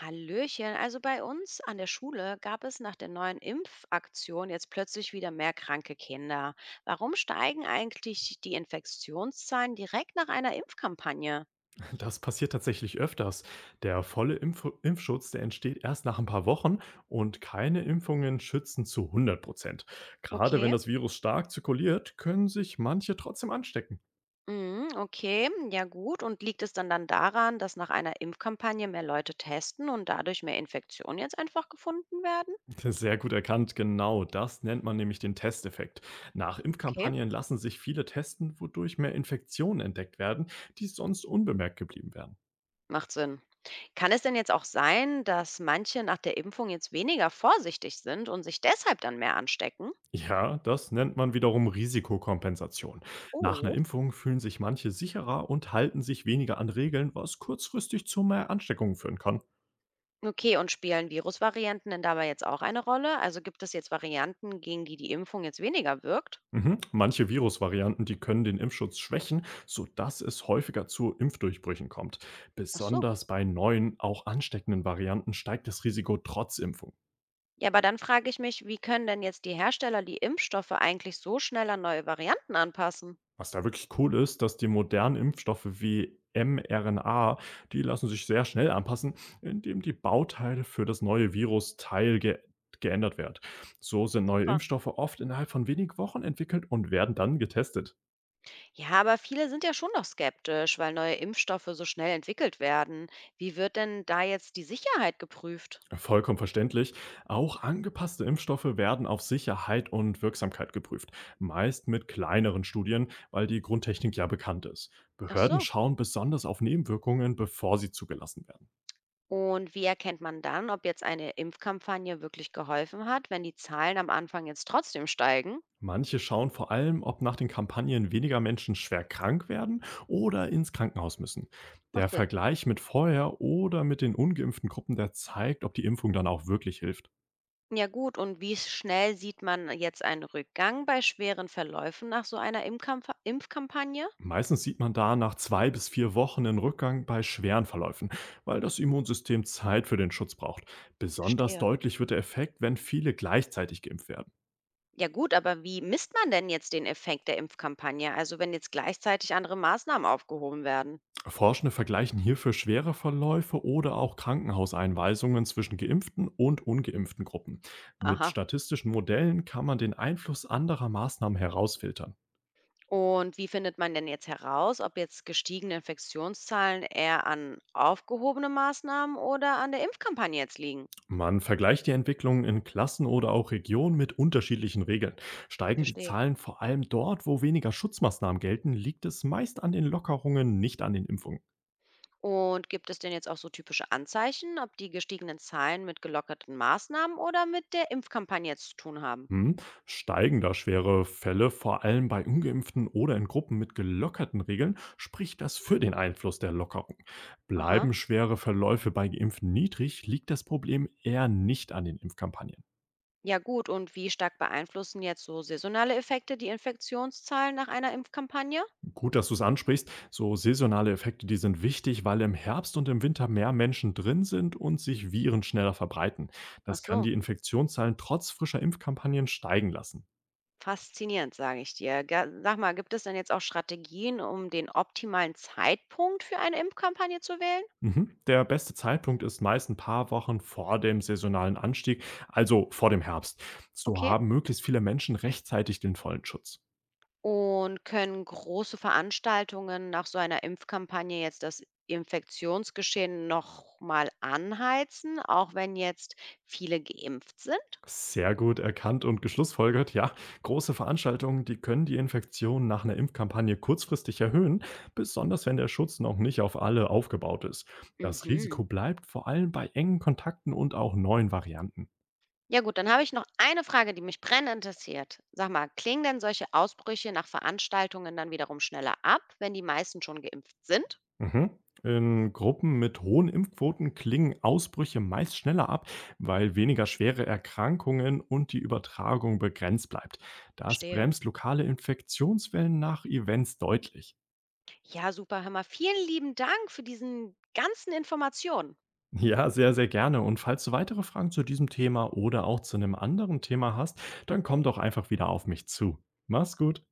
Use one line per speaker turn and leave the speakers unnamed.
Hallöchen, also bei uns an der Schule gab es nach der neuen Impfaktion jetzt plötzlich wieder mehr kranke Kinder. Warum steigen eigentlich die Infektionszahlen direkt nach einer Impfkampagne?
Das passiert tatsächlich öfters. Der volle Impfschutz, der entsteht erst nach ein paar Wochen und keine Impfungen schützen zu 100%. Gerade wenn
Okay.
das Virus stark zirkuliert, können sich manche trotzdem anstecken.
Mhm, okay, ja gut. Und liegt es dann daran, dass nach einer Impfkampagne mehr Leute testen und dadurch mehr Infektionen jetzt einfach gefunden werden?
Sehr gut erkannt, genau das nennt man nämlich den Testeffekt. Nach
Okay,
Impfkampagnen lassen sich viele testen, wodurch mehr Infektionen entdeckt werden, die sonst unbemerkt geblieben wären.
macht Sinn. Kann es denn jetzt auch sein, dass manche nach der Impfung jetzt weniger vorsichtig sind und sich deshalb dann mehr anstecken?
Ja, das nennt man wiederum Risikokompensation. Nach einer
Oh.
Impfung fühlen sich manche sicherer und halten sich weniger an Regeln, was kurzfristig zu mehr Ansteckungen führen kann.
Okay, und spielen Virusvarianten denn dabei jetzt auch eine Rolle? Also gibt es jetzt Varianten, gegen die die Impfung jetzt weniger wirkt?
Mhm. Manche Virusvarianten, die können den Impfschutz schwächen, sodass es häufiger zu Impfdurchbrüchen kommt.
Ach so.
Besonders bei neuen, auch ansteckenden Varianten steigt das Risiko trotz Impfung.
Ja, aber dann frage ich mich, wie können denn jetzt die Hersteller die Impfstoffe eigentlich so schnell an neue Varianten anpassen?
Was da wirklich cool ist, dass die modernen Impfstoffe wie mRNA, die lassen sich sehr schnell anpassen, indem die Bauteile für das neue Virus Teil ge geändert wird. So sind neue
Super.
Impfstoffe oft innerhalb von wenigen Wochen entwickelt und werden dann getestet.
Ja, aber viele sind ja schon noch skeptisch, weil neue Impfstoffe so schnell entwickelt werden. Wie wird denn da jetzt die Sicherheit geprüft?
Vollkommen verständlich. Auch angepasste Impfstoffe werden auf Sicherheit und Wirksamkeit geprüft. Meist mit kleineren Studien, weil die Grundtechnik ja bekannt ist.
Ach
Behörden
so.
schauen besonders auf Nebenwirkungen, bevor sie zugelassen werden.
Und wie erkennt man dann, ob jetzt eine Impfkampagne wirklich geholfen hat, wenn die Zahlen am Anfang jetzt trotzdem steigen?
Manche schauen vor allem, ob nach den Kampagnen weniger Menschen schwer krank werden oder ins Krankenhaus müssen.
Macht
Der
Sinn.
Vergleich mit vorher oder mit den ungeimpften Gruppen, der zeigt, ob die Impfung dann auch wirklich hilft.
Ja gut, und wie schnell sieht man jetzt einen Rückgang bei schweren Verläufen nach so einer Impfkampagne?
Meistens sieht man da nach 2 bis 4 Wochen einen Rückgang bei schweren Verläufen, weil das Immunsystem Zeit für den Schutz braucht. Besonders
Verstehe.
deutlich wird der Effekt, wenn viele gleichzeitig geimpft werden.
Ja gut, aber wie misst man denn jetzt den Effekt der Impfkampagne? Also wenn jetzt gleichzeitig andere Maßnahmen aufgehoben werden.
Forschende vergleichen hierfür schwere Verläufe oder auch Krankenhauseinweisungen zwischen geimpften und ungeimpften Gruppen. Mit
Aha.
statistischen Modellen kann man den Einfluss anderer Maßnahmen herausfiltern.
Und wie findet man denn jetzt heraus, ob jetzt gestiegene Infektionszahlen eher an aufgehobene Maßnahmen oder an der Impfkampagne jetzt liegen?
Man vergleicht die Entwicklungen in Klassen oder auch Regionen mit unterschiedlichen Regeln. Steigen die
Verstehe.
Zahlen vor allem dort, wo weniger Schutzmaßnahmen gelten, liegt es meist an den Lockerungen, nicht an den Impfungen.
Und gibt es denn jetzt auch so typische Anzeichen, ob die gestiegenen Zahlen mit gelockerten Maßnahmen oder mit der Impfkampagne zu tun haben?
Hm, steigen da schwere Fälle, vor allem bei ungeimpften oder in Gruppen mit gelockerten Regeln, spricht das für den Einfluss der Lockerung.
Aha.
Bleiben schwere Verläufe bei geimpften niedrig, liegt das Problem eher nicht an den Impfkampagnen.
Ja gut, und wie stark beeinflussen jetzt so saisonale Effekte die Infektionszahlen nach einer Impfkampagne?
Gut, dass du es ansprichst, so saisonale Effekte, die sind wichtig, weil im Herbst und im Winter mehr Menschen drin sind und sich Viren schneller verbreiten.
Ach
Das kann
so,
die Infektionszahlen trotz frischer Impfkampagnen steigen lassen.
faszinierend, sage ich dir. Sag mal, gibt es denn jetzt auch Strategien, um den optimalen Zeitpunkt für eine Impfkampagne zu wählen?
Mhm. Der beste Zeitpunkt ist meist ein paar Wochen vor dem saisonalen Anstieg, also vor dem Herbst. So
Okay.
haben möglichst viele Menschen rechtzeitig den vollen Schutz.
Und können große Veranstaltungen nach so einer Impfkampagne jetzt das Infektionsgeschehen noch mal anheizen, auch wenn jetzt viele geimpft sind?
Sehr gut erkannt und geschlussfolgert, ja. Große Veranstaltungen, die können die Infektion nach einer Impfkampagne kurzfristig erhöhen, besonders wenn der Schutz noch nicht auf alle aufgebaut ist. Das
Mhm.
Risiko bleibt vor allem bei engen Kontakten und auch neuen Varianten.
Ja gut, dann habe ich noch eine Frage, die mich brennend interessiert. Sag mal, klingen denn solche Ausbrüche nach Veranstaltungen dann wiederum schneller ab, wenn die meisten schon geimpft sind?
Mhm. In Gruppen mit hohen Impfquoten klingen Ausbrüche meist schneller ab, weil weniger schwere Erkrankungen und die Übertragung begrenzt bleibt. Das
Verstehe.
bremst lokale Infektionswellen nach Events deutlich.
Ja, super, hör mal, vielen lieben Dank für diesen ganzen Informationen.
Ja, sehr, sehr gerne. Und falls du weitere Fragen zu diesem Thema oder auch zu einem anderen Thema hast, dann komm doch einfach wieder auf mich zu. Mach's gut.